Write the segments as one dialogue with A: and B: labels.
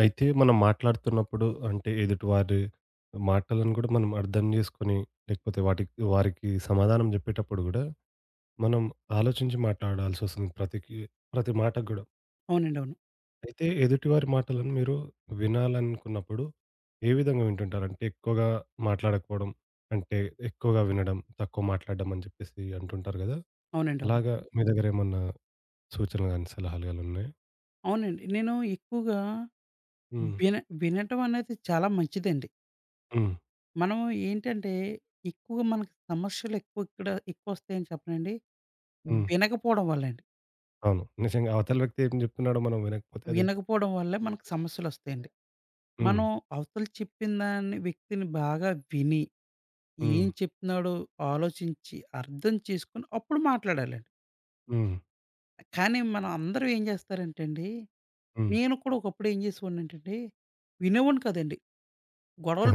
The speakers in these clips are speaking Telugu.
A: అయితే మనం మాట్లాడుతున్నప్పుడు అంటే ఎదుటివారి మాటలను కూడా మనం అర్థం చేసుకొని, లేకపోతే వాటికి వారికి సమాధానం జెప్పేటప్పుడు గూడా, మనం ఆలోచించి మాట్లాడాల్సొస్తుంది ప్రతి మాటకు గూడా.
B: అవునండి. అవును.
A: అయితే ఎదుటివారి మాటలను మీరు వినాలనుకున్నప్పుడు ఏ విధంగా వింటుంటారు? అంటే ఎక్కువగా మాట్లాడకపోవడం, అంటే ఎక్కువగా వినడం, తక్కువ మాట్లాడడం అని జెప్పేసి అంటుంటారు గదా!
B: అవునండి. అవును.
A: అలాగా మీ దగ్గర ఏమన్నా సూచనలు గాని, సలహాలు గాని ఉన్నాయా?
B: అవునండి. నేను ఎక్కువగా
A: హ్మ్.
B: విన వినటం అనేది చాలా మంచిదండి.
A: హ్మ్.
B: మనం ఏంటంటే, ఎక్కువగా మనకి సమస్యలు ఎక్కువ ఇక్కడ ఎక్కువొస్తాయని చెప్పనండి.
A: హ్మ్.
B: వినకపోవడం వల్లండి.
A: అవును. నిజంగా అవతల వ్యక్తి ఏం జెప్తున్నాడో మనం వినకపోతే అది
B: వినకపోవడం వల్లే మనకు సమస్యలొస్తాయండి.
A: హ్మ్.
B: మనం అవతల చెప్పిన దాన్ని వ్యక్తిని బాగా విని, ఏం
A: హ్మ్.
B: చెప్తున్నాడో ఆలోచించి, అర్థం చేసుకొని అప్పుడు మాట్లాడాలండి.
A: హ్మ్.
B: కానీ మనం అందరూ ఏం చేస్తారంటే అండి,
A: హ్మ్.
B: నేను కూడా ఒకప్పుడు ఏం చేసేవాడినంటే అండి, వినేవాడిని కాదండి. గొడవలు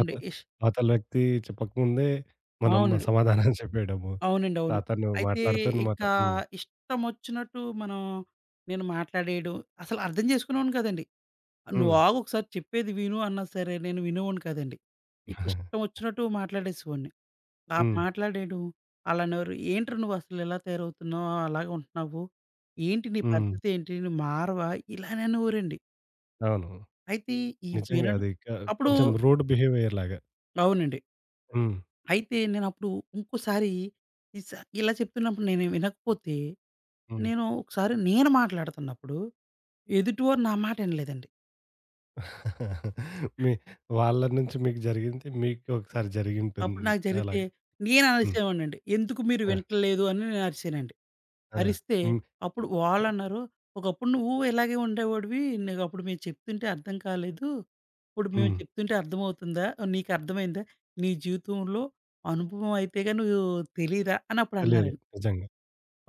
A: అత అవతల వ్యక్తి చెప్పకముందే మనం
B: అవునండి.
A: సమాధానం చెప్పేయడము.
B: అవునండి. అవును.
A: అతను
B: అయితే
A: మాట్లాడుతున్నమాట.
B: ఇంకా
A: హ్మ్.
B: ఇష్టమొచ్చినట్టు మనం నేను మాట్లాడేయడం, అసలు అర్థం చేసుకునేవాడిని కాదండి. "నువ్వు
A: హ్మ్.
B: ఆగు ఒకసారి చెప్పేది విను" అన్నా సరే నేను వినేవాడిని కాదండి. నీకిష్టం వచ్చినట్టు మాట్లాడేసేవాడిని. ఆ
A: హ్మ్.
B: మాట్లాడేయడం ఆళ్ళనేవారు, "ఏంట్రా నువ్వసలు ఇలా తయారవుతున్నావు, అలాగే ఉంటున్నావు, ఏంటి నీ
A: హ్మ్.
B: పరిస్థితేంటి నువ్వు మారవా?" ఇలా అనేవారండి.
A: అవును.
B: అయితే ఈ
A: నిజంగా
B: వినడం
A: అది
B: అప్పుడు
A: కొంచెం రూడ్ బిహేవియర్ లాగా.
B: అవునండి.
A: హ్మ్.
B: అయితే నేనప్పుడు ఇంకోసారి ఇలా చెప్తున్నప్పుడు నేను వినకపోతే,
A: హ్మ్.
B: నేను ఒకసారి నేను మాట్లాడుతున్నప్పుడు ఎదుటివారు నా మాట ఇనలేదండి.
A: మీ వాళ్ళ నుంచి మీకు జరిగింది, మీకు ఒకసారి జరిగింటుంది.
B: అప్పుడు నాకు జరిగితే
A: అలాగా.
B: నేను
A: హ్మ్.
B: అరిసేవాడినండి. ఎందుకు మీరు
A: ఆ!
B: వింటలేదు అని నేను అరిసానండి.
A: ఆ!
B: అరిస్తే
A: హ్మ్.
B: అప్పుడు వాళ్ళన్నారు, "ఒకప్పుడు నువ్వు ఇలాగే ఉండేవాడివి. నీకు అప్పుడు మేము చెప్తుంటే అర్థం కాలేదు. ఇప్పుడు మేము
A: హ్మ్.
B: చెప్తుంటే అర్థమవుతుందా? నీకు అర్థమైందా? నీ జీవితంలో అనుభవం అయితే గాని నువ్వు తెలీదా?" అని అప్పుడు
A: తెలియదు
B: అన్నారండి.
A: నిజంగా.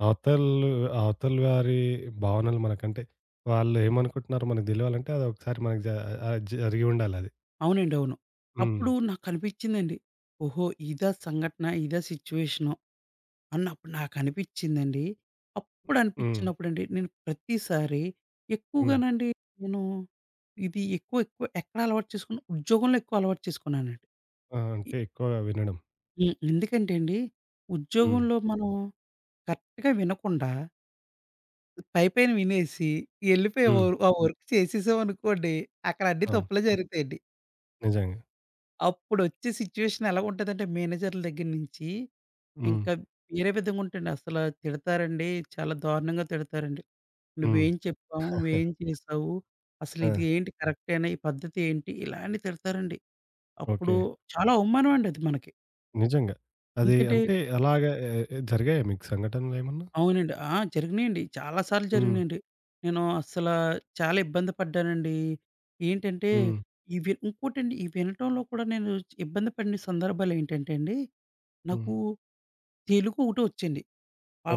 A: అవతలు అవతల వారి భావనలు మనకంటే వాళ్ళు ఏమనుకుంటున్నారో మనకు తెలవాలంటే అది ఒకసారి మనకు జ ఆ జరిగి ఉండాలి అది.
B: అవునండి. అవును.
A: హ్మ్.
B: అప్పుడు నాకనిపిచ్చిందండి. ఓహో! ఇదా సంఘటన, ఇదా సిట్యుయేషను అన్నప్పుడు నాకనిపిచ్చిందండి.
A: హ్మ్.
B: అప్పుడనిపిచ్చినప్పుడండి నేను ప్రతిసారి
A: హ్మ్.
B: ఎక్కువగానండి నేను ఇది ఎక్కువ ఎక్కువ ఎక్కడ అలవాటు చేసుకున్నా ఉద్యోగంలో ఎక్కువ అలవాటు చేసుకున్నానండి.
A: ఆ!
B: ఎ
A: అంటే ఎక్కువగా వినడం.
B: హ్మ్. ఎందుకంటే అండి
A: హ్మ్.
B: ఉద్యోగంలో మనం కరెక్ట్‌గా వినకుండా పైపైన వినేసి ఎళ్ళిపోయి ఓ
A: హ్మ్.
B: ఆ వర్క్ చేసేసామనుకోండి అక్కడ అన్ని
A: అవును.
B: తప్పులే జరుగుతాయండి.
A: నిజంగా.
B: అప్పుడొచ్చే సిట్యుయేషన్ ఎలాగుంటదంటే మేనేజర్ల దగ్గర నుంచి
A: హ్మ్.
B: ఇంకా వేరే విధంగా ఉంటుంది. అసల తిడతారండి. చాలా దారుణంగా తిడతారండి.
A: హ్మ్.
B: "నువ్వేం చెప్పావు? నువ్వేం చేసావు?
A: ఆ!
B: అసలిది ఏంటి కరెక్టేనా? ఈ పద్ధతి ఏంటి?" ఇలా అని తిడతారండి. అప్పుడు
A: ఓకే.
B: చాలా అవమానం అండి అది మనకి.
A: నిజంగా. అది
B: ఎందుకంటే
A: అంటే అలాగా ఎ ఎ జరిగాయా మీకు సంఘటనలేమన్నా?
B: అవునండి. ఆ! జరిగినియండి. చాలా సార్లు
A: హ్మ్.
B: జరిగినియండి. నేను అస్సల చాలా ఇబ్బంది పడ్డానండి. ఏంటంటే
A: హ్మ్.
B: ఇవి ఇంకోటండి ఈ వినటంలో కూడా నేను ఇబ్బంది పడిన సందర్భాలేంటంటే అండి
A: హ్మ్.
B: నాకు తెలుగు ఒకటే వచ్చండి.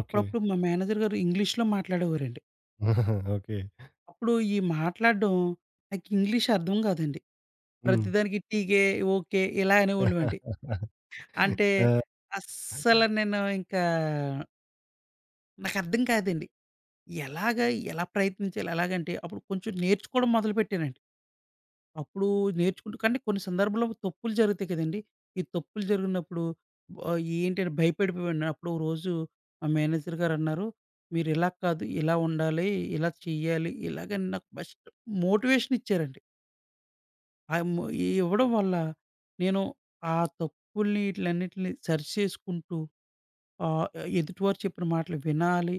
A: ఓకే.
B: మా మేనేజర్ గారు ఇంగ్లీష్‌లో మాట్లాడేవారండి.
A: ఓకే.
B: అప్పుడు ఈ మాట్లాడడం నాకు ఇంగ్లీష్ అర్థం కాదండి.
A: హ్మ్.
B: ప్రతిదానికి టీకే, ఓకే ఇలా అనేవాళ్ళమండి. అంటే
A: ఆ!
B: అస్సలు నేను ఇంకా నాకు అర్థం కాదండి. ఎలాగా ఎలా ప్రయత్నించాలి ఎలాగంటే అప్పుడు కొంచెం నేర్చుకోవడం మొదలుపెట్టానండి. అప్పుడు నేర్చుకుంటూ కానీ కొన్ని సందర్భాల్లో తప్పులు జరుగుతాయి కదండీ! ఈ తప్పులు జరిగినప్పుడు ఆహ్, ఏంటని భయపడిపోయాను. అప్పుడు ఓ రోజు మా మేనేజర్ గారన్నారు, "మీరు ఇలా కాదు, ఇలా ఉండాలి, ఇలా చెయ్యాలి" ఇలాగని నాకు బెస్ట్ మోటివేషన్ ఇచ్చారండి. ఆ మో ఈ ఇవ్వడం వల్ల నేను ఆ తప్పుల్ని ఈటిలన్నిటిని సరి చేసుకుంటూ ఆహ్, ఎదుటివారు చెప్పిన మాటలు వినాలి,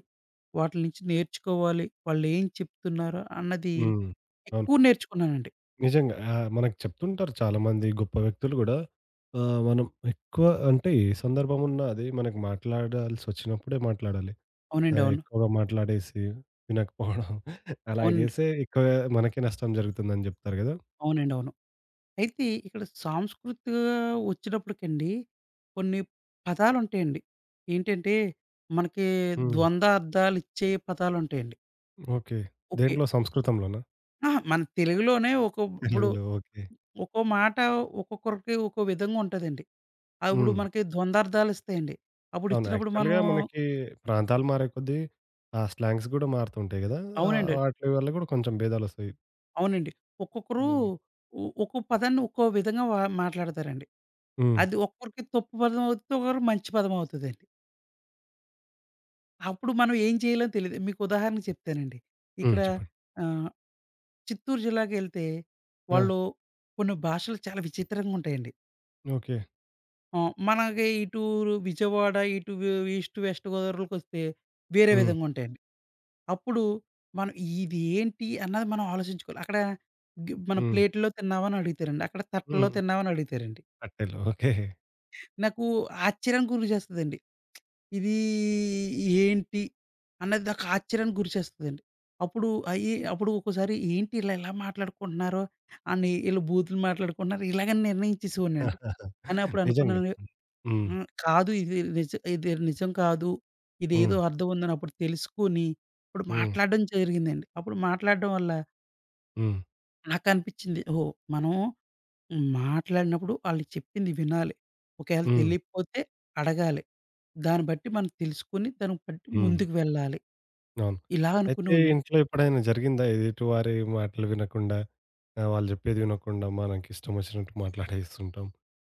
B: వాటిల నుంచి నేర్చుకోవాలి, వాళ్ళేం చెప్తున్నారు అన్నది
A: హ్మ్. అవును.
B: ఎక్కువ నేర్చుకున్నానండి.
A: నిజంగా. ఆ! మనకు చెప్తుంటారు చాలామంది గొప్ప వ్యక్తులు గూడా ఆహ్, మనం ఎక్కువ అంటే ఏ సందర్భం ఉన్నా అది మనకు మాట్లాడాల్సొచ్చినప్పుడే మాట్లాడాలి.
B: అవునండి.
A: ఆహ్,
B: అవును.
A: ఎక్కువగా మాట్లాడేసి వినకపోవడం, అలా
B: అవునండి.
A: చేస్తే ఎక్కువ మనకే నష్టం జరుగుతుందని జెప్తారు గదా!
B: అవునండి. అవును. అయితే ఇక్కడ సాంస్కృతిక వచ్చినప్పటికండి కొన్ని పదాలుంటాయండి. ఏంటంటే, మనకి
A: హ్మ్.
B: ద్వంద్వ అర్థాలిచ్చే పదాలుంటాయండి.
A: ఓకే.
B: ఓకే.
A: దేంట్లో, సంస్కృతంలోనా?
B: అహా! మన తెలుగులోనే ఒక ఇప్పుడు
A: తెలుగులో, ఓకే.
B: ఒక్కో మాట ఒక్కొక్కరికి ఒక్కో విధంగా ఉంటదండి. అప్పుడు
A: హ్మ్.
B: మనకి ద్వందార్థాలిస్తాయండి. అప్పుడు
A: అవును.
B: ఇచ్చినప్పుడు మనం
A: యాక్చువల్‌గా మనకి ప్రాంతాలు మారే కొద్దీ ఆ స్లాంగ్స్ గూడా మారుతుంటాయి గదా! ఆహ్,
B: అవునండి.
A: వాటి వల్ల గూడా కొంచెం భేదాలొస్తాయి.
B: అవునండి. ఒక్కొక్కరు
A: హ్మ్.
B: ఒక్కో పదాన్ని ఒక్కో విధంగా మాట్లాడతారండి.
A: హ్మ్.
B: అది ఒక్కొక్కరికి తప్పు పదం అవుతుంది. ఒకరు మంచి పదం అవుతదండి. అప్పుడు మనం ఏం చేయాలో తెలీదు. మీకు ఉదాహరణకు చెప్తానండి.
A: హ్మ్.
B: ఇక్కడ
A: చెప్పండి.
B: ఆహ్, చిత్తూరు జిల్లాకెళ్తే
A: ఆ!
B: వాళ్ళు కొన్ని భాషలు చాలా విచిత్రంగా ఉంటాయండి.
A: ఓకే.
B: ఆహ్, మనకి ఇటు విజయవాడ, ఇటు వ్ ఈస్ట్, వెస్ట్ గోదావరిలోకొస్తే వేరే
A: హ్మ్.
B: విధంగా ఉంటాయండి. అప్పుడు మనం ఇది ఏంటి అన్నది మనం ఆలోచించుకోవాలి. అక్కడ మన
A: హ్మ్.
B: ప్లేట్‌లో తిన్నావా అని అడుగుతారండి. అక్కడ తట్టలో
A: హ్మ్.
B: తిన్నావా అని అడుగుతారండి.
A: కట్టెలు. ఓకే.
B: నాకు ఆశ్చర్యానికి గురి చేస్తదండి. ఇదీ ఏంటి? అన్నది నాకు ఆశ్చర్యానికి గురి చేస్తదండి. అప్పుడు ఒక్కోసారి ఏంటి ఈళ్ళు ఇలా ఎలా మాట్లాడుకుంటున్నారో, అని ఈళ్ళు బూతులు మాట్లాడుకుంటున్నారు ఇలాగని నిర్ణయించేసేవాడినండి. కానీ అప్పుడు
A: నిజంగా.
B: అనుకున్నాను
A: హ్మ్.
B: హ్మ్. కాదు ఇది నిజం కాదు. ఇదేదో
A: హ్మ్.
B: అర్థం ఉందని అప్పుడు తెలుసుకొని, ఇప్పుడు
A: హ్మ్.
B: మాట్లాడడం జరిగిందండి. అప్పుడు మాట్లాడడం వల్ల
A: హ్మ్.
B: నాకనిపిచ్చింది ఓహ్! మనం మాట్లాడినప్పుడు ఆళ్ళు చెప్పింది వినాలి. ఒకవేళ
A: హ్మ్.
B: తెలియకపోతే అడగాలి. దాన్ని బట్టి మనం తెలుసుకొని దానికి బట్టి
A: హ్మ్.
B: ముందుకు వెళ్ళాలి.
A: అవును.
B: ఇలా
A: అయితే
B: అనుకునేవాడిని.
A: ఇంట్లో ఎప్పుడైనా జరిగిందా? ఎదుటివారి మాటలు వినకుండా, ఆహ్, వాళ్ళు చెప్పేది వినకుండా మనకిష్టమొచ్చినట్టు మాట్లాడేస్తుంటాం.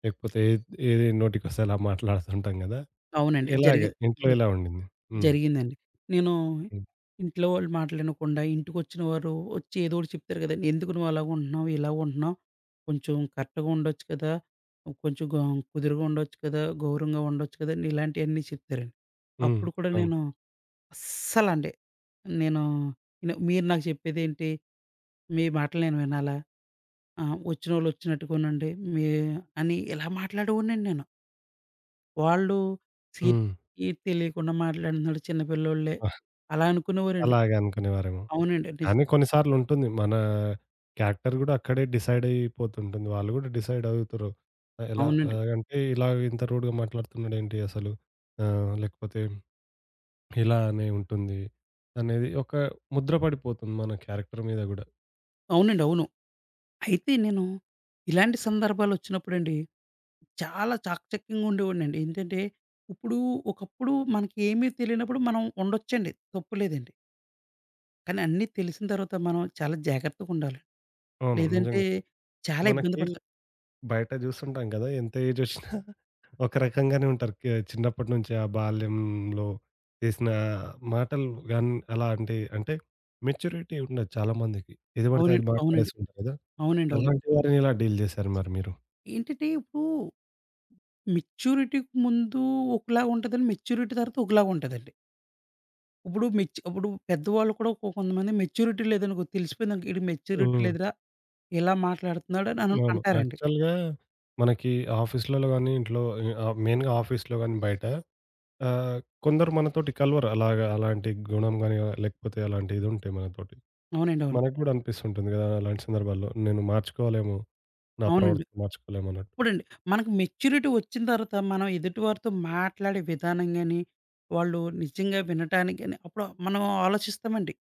A: లేకపోతే ఏది నోటికొస్తే అలా మాట్లాడుతుంటాం గదా!
B: అవునండి.
A: ఎలాగ? ఇంట్లో ఎలా ఉండింది? హ్మ్.
B: జరిగిందండి. నేను
A: హ్మ్.
B: ఇంట్లో వాళ్ళు మాట్లాడనకుండా ఇంటికొచ్చిన వారు వచ్చి ఏదో ఒకటి చెప్తారు కదండీ! "ఎందుకు నువ్వు అలాగుంటున్నావు? ఇలాగుంటున్నావు? కొంచెం కరెక్ట్‌గా ఉండొచ్చు కదా! కొంచెం గ కుదురుగా ఉండొచ్చు కదా! గౌరవంగా ఉండొచ్చు కదా!" ఇలాంటియన్నీ చెప్తారండి.
A: హ్మ్.
B: అప్పుడు కూడా
A: అవును.
B: నేను అస్సలండి నేను నేను మీరు నాకు చెప్పేదేంటి? మీ మాటలు నేను వినాలా? ఆ! వచ్చినోళ్ళు వచ్చినట్టు కొనండి. మీ అని ఇలా మాట్లాడేవాడినండి నేను. వాళ్ళు సీన్
A: హ్మ్.
B: ఏది తెలియకుండా మాట్లాడుతున్నాడు చిన్న పిల్లోళ్ళే
A: ఆహ్,
B: అలా అనుకునేవారండి.
A: అలాగే అనుకునేవారేమో.
B: అవునండి.
A: కానీ
B: నిజంగా.
A: కొన్ని సార్లుంటుంది. మన క్యారెక్టర్ గూడా అక్కడే డిసైడయిపోతుంటుంది. వాళ్ళు గూడా డిసైడవుతురు. ఆహ్, ఎలా,
B: అవునండి.
A: ఆహ్, అంటే ఇలా ఇంత రూడ్‌గా మాట్లాడుతున్నాడేంటి అసలు? ఆహ్, లేకపోతే ఇలానే ఉంటుంది అనేది ఒక ముద్ర పడిపోతుంది మన క్యారెక్టర్ మీద గూడా.
B: అవునండి. అవును. అయితే నేను ఇలాంటి సందర్భాలొచ్చినప్పుడండి చాలా చాకచక్యంగా ఉండేవాడినండి. ఏంటంటే ఇప్పుడు ఒకప్పుడు మనకి ఏమీ తెలియనప్పుడు మనం ఉండొచ్చండి. తప్పు లేదండి. కానీ అన్నీ తెలిసిన తర్వాత మనం చాలా జాగ్రత్తగుండాలి.
A: అవును.
B: లేదంటే
A: నిజంగా.
B: చాలా ఇబ్బంది
A: మనకి
B: పడతాం.
A: బయట జూస్తుంటాం గదా! ఎంత ఏజొచ్చినా ఒక రకంగానే ఉంటారు. చిన్నప్పటి నుంచి ఆ బాల్యంలో చేసిన మాటలు గాని అలా అంటే, అంటే మెచ్యూరిటీ ఉండదు చాలా మందికి. ఏది పడితే అది
B: అవునండి. అవునండి.
A: మాట్లాడేస్తుంటారు గదా!
B: అవునండి. అవును.
A: ఎలాంటి వారిని ఎలా డీల్ జేశారు మరి మీరు?
B: ఏంటంటే ఇప్పుడు మెచ్యూరిటీకి ముందు ఒకలాగా ఉంటదండి. మెచ్యూరిటీ తర్వాత ఒకలాగా ఉంటదండి. ఇప్పుడు పెద్దవాళ్ళు కూడా కొంతమంది మెచ్యూరిటీ లేదనుకో తెలిసిపోయిందనుకో ఈడికి మెచ్యూరిటీ
A: హ్మ్.
B: లేదురా! ఇలా మాట్లాడుతున్నాడు అని
A: అవును.
B: అంటారండి.
A: యాక్చువల్‌గా మనకి ఆఫీస్‌లలో గాని, ఇంట్లో, ఆహ్, మెయిన్‌గా ఆఫీస్‌లో గాని బయట, ఆహ్, కొందరు మనతోటి కలవరు. అలాగా అలాంటి గుణం గాని, లేకపోతే అలాంటి ఇది ఉంటే మనతోటి.
B: అవునండి. అవును.
A: మనకు గూడా అనిపిస్తుంటుంది గదా! అలాంటి సందర్భాల్లో. నేను మార్చుకోలేమో, నా
B: అవునండి.
A: ప్రవర్తన మార్చుకోలేమన్నట్టు.
B: ఇప్పుడండి మనకు మెచ్యూరిటీ వచ్చిన తర్వాత మనం ఎదుటివారితో మాట్లాడే విధానం గాని, వాళ్ళు నిజంగా వినటానికి గాని అప్పుడు మనం ఆలోచిస్తామండి.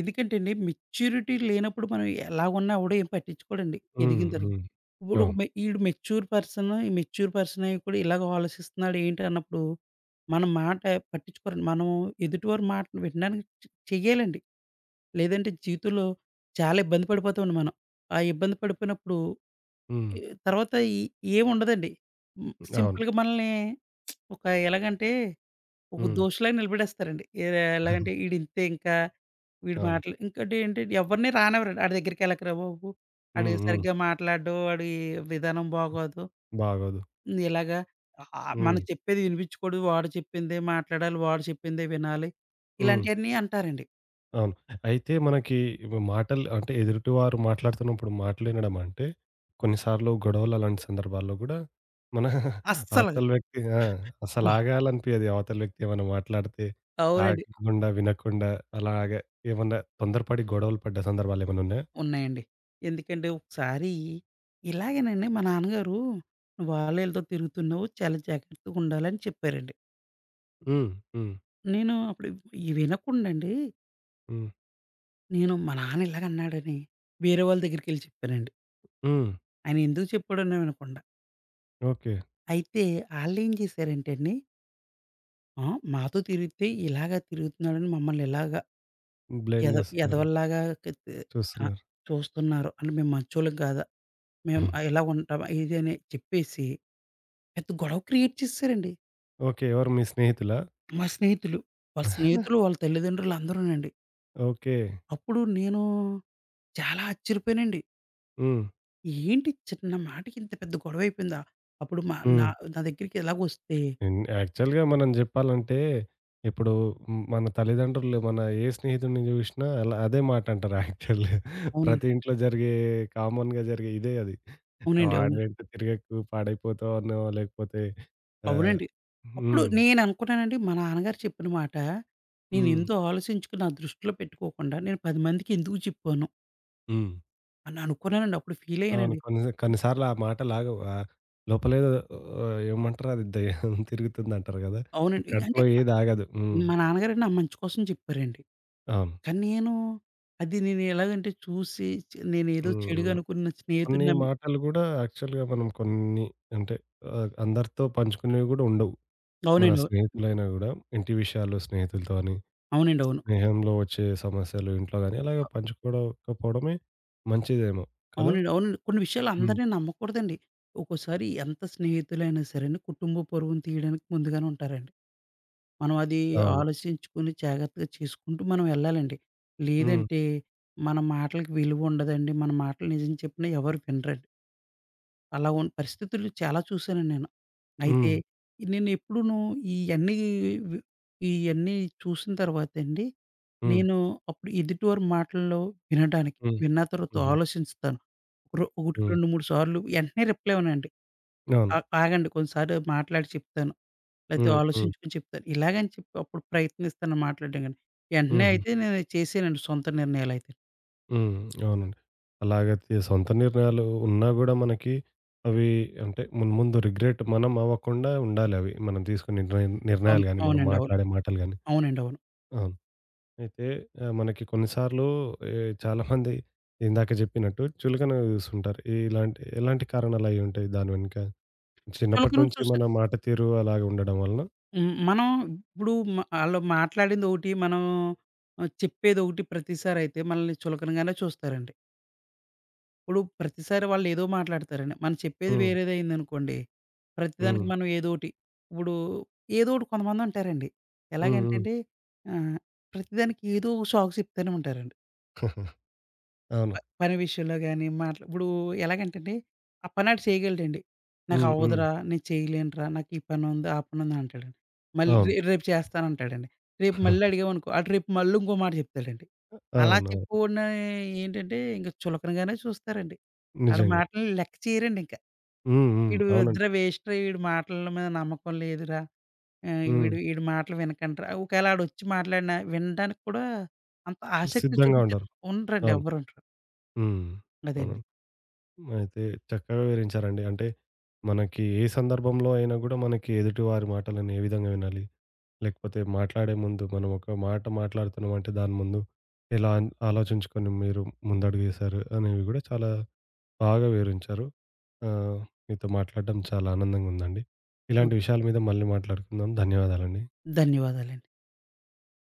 B: ఎందుకంటే అండి, మెచ్యూరిటీ లేనప్పుడు మనం ఎలాగున్నా కూడా ఏం పట్టించుకోడండి.
A: హ్మ్.
B: ఎదిగిన తర్వాత.
A: హ్మ్.
B: ఇప్పుడు ఒక
A: అవును.
B: మె ఈడు మెచ్యూర్ పర్సన్, ఈ మెచ్యూర్ పర్సన్ అయ్యి కూడా ఇలాగ ఆలోచిస్తున్నాడు ఏంటి అన్నప్పుడు, మన మాట పట్టించుకోరండి. మనం ఎదుటివారి మాట వినడానికి చెయ్యాలండి. లేదంటే జీవితంలో చాలా ఇబ్బంది పడిపోతామండి మనం. ఆ ఇబ్బంది పడిపోయినప్పుడు
A: హ్మ్.
B: ఎ తర్వాత ఈ ఏముండదండి. హ్మ్.
A: అవును.
B: సింపుల్‌గా మనల్ని ఒక ఎలాగంటే ఒక
A: హ్మ్.
B: దోషిలాగా నిలబడేస్తారండి. ఏరా ఎలాగంటే ఈడింతే ఇంకా, వీడి
A: అవును. హ్మ్.
B: మాటలు ఇంకోటి ఏంటంటే ఎవరిని రానివ్వరండి. ఆడి దగ్గరికెళ్ళకురా బాబు. ఆడు
A: హ్మ్. హ్మ్.
B: సరిగ్గా మాట్లాడడు. ఆడి విధానం బాగోదు.
A: బాగోదు.
B: ఇలాగా ఆహ్, మనం
A: హ్మ్.
B: చెప్పేది వినిపించుకోడు. వాడు చెప్పిందే మాట్లాడాలి. వాడు చెప్పిందే వినాలి.
A: హ్మ్.
B: ఇలాంటియన్నీ అంటారండి.
A: అవును. అయితే మనకి మాటలు అంటే ఎదుటివారు మాట్లాడుతున్నప్పుడు మాటలు వినడం అంటే, కొన్నిసార్లు గొడవలు అలాంటి సందర్భాల్లో గూడా మన
B: అస్సలగా
A: అవతల వ్యక్తి ఆ! అసలు
B: గో
A: ఆగాలనిపియదు. అవతల వ్యక్తి ఏమన్నా మాట్లాడితే
B: అవునండి.
A: ఆగకుండా, వినకుండా అలాగే ఏమన్నా తొందరపడి గొడవలు పడ్డ సందర్భాలేమన్నా ఉన్నాయా?
B: ఉన్నాయండి. ఎందుకంటే ఒకసారి ఇలాగేనండి మా నాన్నగారు "వాళ్ళీళ్ళతో తిరుగుతున్నావు. చాలా జాగ్రత్తగుండాలి" అని చెప్పారండి.
A: హ్మ్. హ్మ్.
B: నేను అప్పుడు ఇవి వినకుండండి
A: హ్మ్.
B: నేను మా నాన్న ఇలాగన్నాడని వేరే వాళ్ళ దగ్గరికెళ్ళి చెప్పానండి.
A: హ్మ్.
B: ఆయన ఎందుకు చెప్పాడని వినకుండా.
A: ఓకే.
B: అయితే ఆళ్ళేం చేశారంటే అండి, ఆ! మాతో తిరిగితే ఇలాగా తిరుగుతున్నాడని మమ్మల్ని ఇలాగా
A: బ్లేమ్
B: ఎద
A: జేస్తున్నారు.
B: ఎదవల్లాగా క తి ఆ!
A: చూస్తున్నారు.
B: చూస్తున్నారు అని మేము మంచోళ్ళం కాదా, మేము
A: ఉమ్,
B: ఇలా ఉంటాం ఇది అని చెప్పేసి పెద్ద గొడవ క్రియేట్ చేసేసారండి.
A: ఓకే. ఎవరు, మీ స్నేహితులా?
B: మా స్నేహితులు. వాళ్ళ స్నేహితులు, వాళ్ళ తల్లిదండ్రులు అందరూనండి.
A: ఓకే.
B: అప్పుడు నేను చాలా ఆశ్చర్యపోయానండి.
A: హ్మ్.
B: ఏంటి చిన్న మాటకి ఇంత పెద్ద గొడవైపోయిందా? అప్పుడు మా నా
A: హ్మ్.
B: నా దగ్గరికి ఎలాగొస్తే
A: హ్మ్. యాక్చువల్‌గా మనం జెప్పాలంటే, ఇప్పుడు, హ్మ్, మన తల్లిదండ్రులు మన ఏ స్నేహితుడిని జూషినా అలా అదే మాట అంటారు యాక్చువల్‌గా.
B: అవును.
A: ప్రతి ఇంట్లో జరిగే, కామన్‌గా జరిగే ఇదే అది.
B: అవునండి. అవును.
A: "వాడి వెంట తిరగకు, పాడైపోతావు" అనో లేకపోతే ఆహ్,
B: అవునండి. అప్పుడు
A: హ్మ్.
B: నేననుకున్నానండి మా నాన్నగారు చెప్పిన మాట
A: హ్మ్.
B: నేనెంతో ఆలోచించుకుని నా దృష్టిలో పెట్టుకోకుండా నేను 10 మందికి ఎందుకు చెప్పాను
A: హ్మ్.
B: అని అనుకున్నానండి. అప్పుడు
A: అవును.
B: ఫీలయ్యానండి.
A: కొన్ని సార్లు ఆ మాట లాగవు. ఆహ్, లోపలేదో ఆహ్, ఏమంటారు అది, దెయ్యం తిరుగుతుందంటారు గదా!
B: అవునండి. అంటే
A: కడుపులో ఏది ఆగదు. హ్మ్.
B: మా నాన్నగారండి నా మంచి కోసం చెప్పారండి.
A: అవును.
B: కానీ నేను అది నేను ఎలాగంటే చూసి నేనేదో
A: హ్మ్.
B: చెడుగా
A: హ్మ్.
B: అనుకున్న స్నేహితుడిని
A: కొన్ని
B: నమ్మి
A: మాటలు గూడా యాక్చువల్‌గా మనం కొన్ని, అంటే ఆహ్, అందరితో పంచుకునేవి గూడా ఉండవు. మన
B: అవునండి. అవును.
A: స్నేహితులైనా గూడా ఇంటి విషయాలు స్నేహితులతో అని,
B: అవునండి. అవును.
A: స్నేహంలో వచ్చే సమస్యలు ఇంట్లో గాని అలాగే పంచుకోడకపోవడమే మంచిదేమో కదా!
B: అవునండి. అవునండి. కొన్ని విషయాలు
A: హ్మ్.
B: అందరిని నమ్మకూడదండి. ఒక్కోసారి ఎంత స్నేహితులైనా సరేండి, కుటుంబ పరువును తీయడానికి ముందుగానే ఉంటారండి. మనం అది
A: అవును.
B: ఆలోచించుకొని జాగ్రత్తగా చేసుకుంటూ మనం వెళ్ళాలండి.
A: హ్మ్.
B: లేదంటే మన మాటలకి విలువ ఉండదండి. మన మాటలు నిజం చెప్పినా ఎవరు వినరండి. అలా ఉన్న పరిస్థితులు చాలా చూసానండి నేను. అయితే
A: హ్మ్.
B: నేనెప్పుడూను ఇయన్నీ వి ఇయన్నీ చూసిన తర్వాతండి,
A: హ్మ్.
B: నేను అప్పుడు ఎదుటివారి మాటల్లో వినడానికి,
A: హ్మ్.
B: విన్న తర్వాత
A: హుహు.
B: ఆలోచించుతాను. ఒకటికి
A: హ్మ్.
B: 2, 3 సార్లు వెంటనే రిప్లై ఇవ్వనండి.
A: అవును.
B: ఆ ఆగండి కొంచెంసేపు మాట్లాడి చెప్తాను. లేతే
A: హ్మ్. హ్మ్.
B: ఆలోచించుకొని చెప్తాను. ఇలాగని చెప్పి అప్పుడు ప్రయత్నిస్తాను మాట్లాడడానికి. వెంటనే
A: హుహు.
B: అయితే నేను చేశానండి సొంత నిర్ణయాలయితే.
A: హ్మ్. అవునండి. అలాగ సొంత నిర్ణయాలు ఉన్నా గూడా మనకి అవి, అంటే ముందు ముందు రిగ్రెట్ మనం అవ్వకుండా ఉండాలవి. మనం తీసుకునే నిర్ణయం
B: అవును.
A: నిర్ణయాలు గాని, మనం
B: అవునండి. అవును.
A: మాట్లాడే మాటలు గాని.
B: అవునండి. అవును.
A: అవును. అయితే ఆహ్, మనకి కొన్ని సార్లు ఏ చాలామంది ఇందాక జెప్పినట్టు చులకనగా జూస్తుంటారు. ఇలాంటి ఎలాంటి కారణాలయ్యి ఉంటాయి దాని వెనుక? చిన్నప్పటి
B: చులకన
A: నుంచి
B: చూసి
A: మన మాట తీరు అలాగ ఉండడం వలన?
B: హ్మ్. మనం ఇప్పుడు మ ఆళ్ళు మాట్లాడిందోకటి, మనం ఆహ్, చెప్పేదోకటి ప్రతిసారయితే మనల్ని చులకనగానే చూస్తారండి. ఇప్పుడు ప్రతిసారి వాళ్ళేదో మాట్లాడతారండి. మనం చెప్పేది
A: హ్మ్.
B: వేరేదయిందనుకోండి, ప్రతిదానికి
A: హ్మ్.
B: మనం ఏదోటి ఇప్పుడు ఏదోకటి కొంతమందుంటారండి.
A: హ్మ్. హ్మ్.
B: ఎలాగంటేండి ఆహ్, ప్రతిదానికి ఏదో ఒక సాకు చెప్తానే ఉంటారండి.
A: అవును.
B: పని విషయంలో గాని, మాట్లా ఇప్పుడు ఎలాగంటండి, ఆ పని ఆడు చేయగలడండి.
A: హ్మ్. హ్మ్.
B: "నాకవ్వదురా, నేను చేయలేనురా, నాకు ఈ పనుంది, ఆ పనుంది" అంటాడండి. మళ్ళీ "
A: అవును.
B: రేపు చేస్తానంటాడండి." రేపు మళ్ళీ అడిగామనుకో, ఆడు రేపు మళ్ళీ ఇంకో మాట చెప్తాడండి. అలా
A: అవును. అవును.
B: చెప్పేవాడిని ఏంటంటే, ఇంక చులకనగానే చూస్తారండి. ఆడి
A: నిజంగా.
B: మాటల్ని లెక్క చేయరండింక.
A: హ్మ్. హ్మ్.
B: "ఈడు
A: అవునండి.
B: వద్దురా వేస్ట్‌రా, ఈడి మాటల మీద నమ్మకం లేదురా, ఆహ్,
A: హ్మ్.
B: వీడు ఈడి మాటలు వినకండిరా" ఒకవేళ ఆడొచ్చి మాట్లాడినా, వినడానికి కూడా అంత ఆసక్తి
A: సిద్ధంగా
B: చూపించరు.
A: ఉండరు.
B: ఉండరండి,
A: అవును.
B: ఎవ్వరుండరు.
A: హ్మ్. అవును.
B: అదండి.
A: అయితే చక్కగా వివరించారండి. అంటే మనకి ఏ సందర్భంలో అయినా గూడా మనకి ఎదుటి వారి మాటలను ఏ విధంగా వినాలి? లేకపోతే మాట్లాడే ముందు మనం ఒక మాట మాట్లాడుతున్నామంటే దాని ముందు ఎలా ఆలోచించుకొని మీరు ముందడుగేశారు అనేవి గూడా చాలా బాగా వివరించారు. ఆహ్, మీతో మాట్లాడడం చాలా ఆనందంగా ఉందండి. ఇలాంటి
B: ఓకే.
A: విషయాల మీద మళ్ళీ మాట్లాడుకుందాం. ధన్యవాదాలండి.
B: ధన్యవాదాలండి.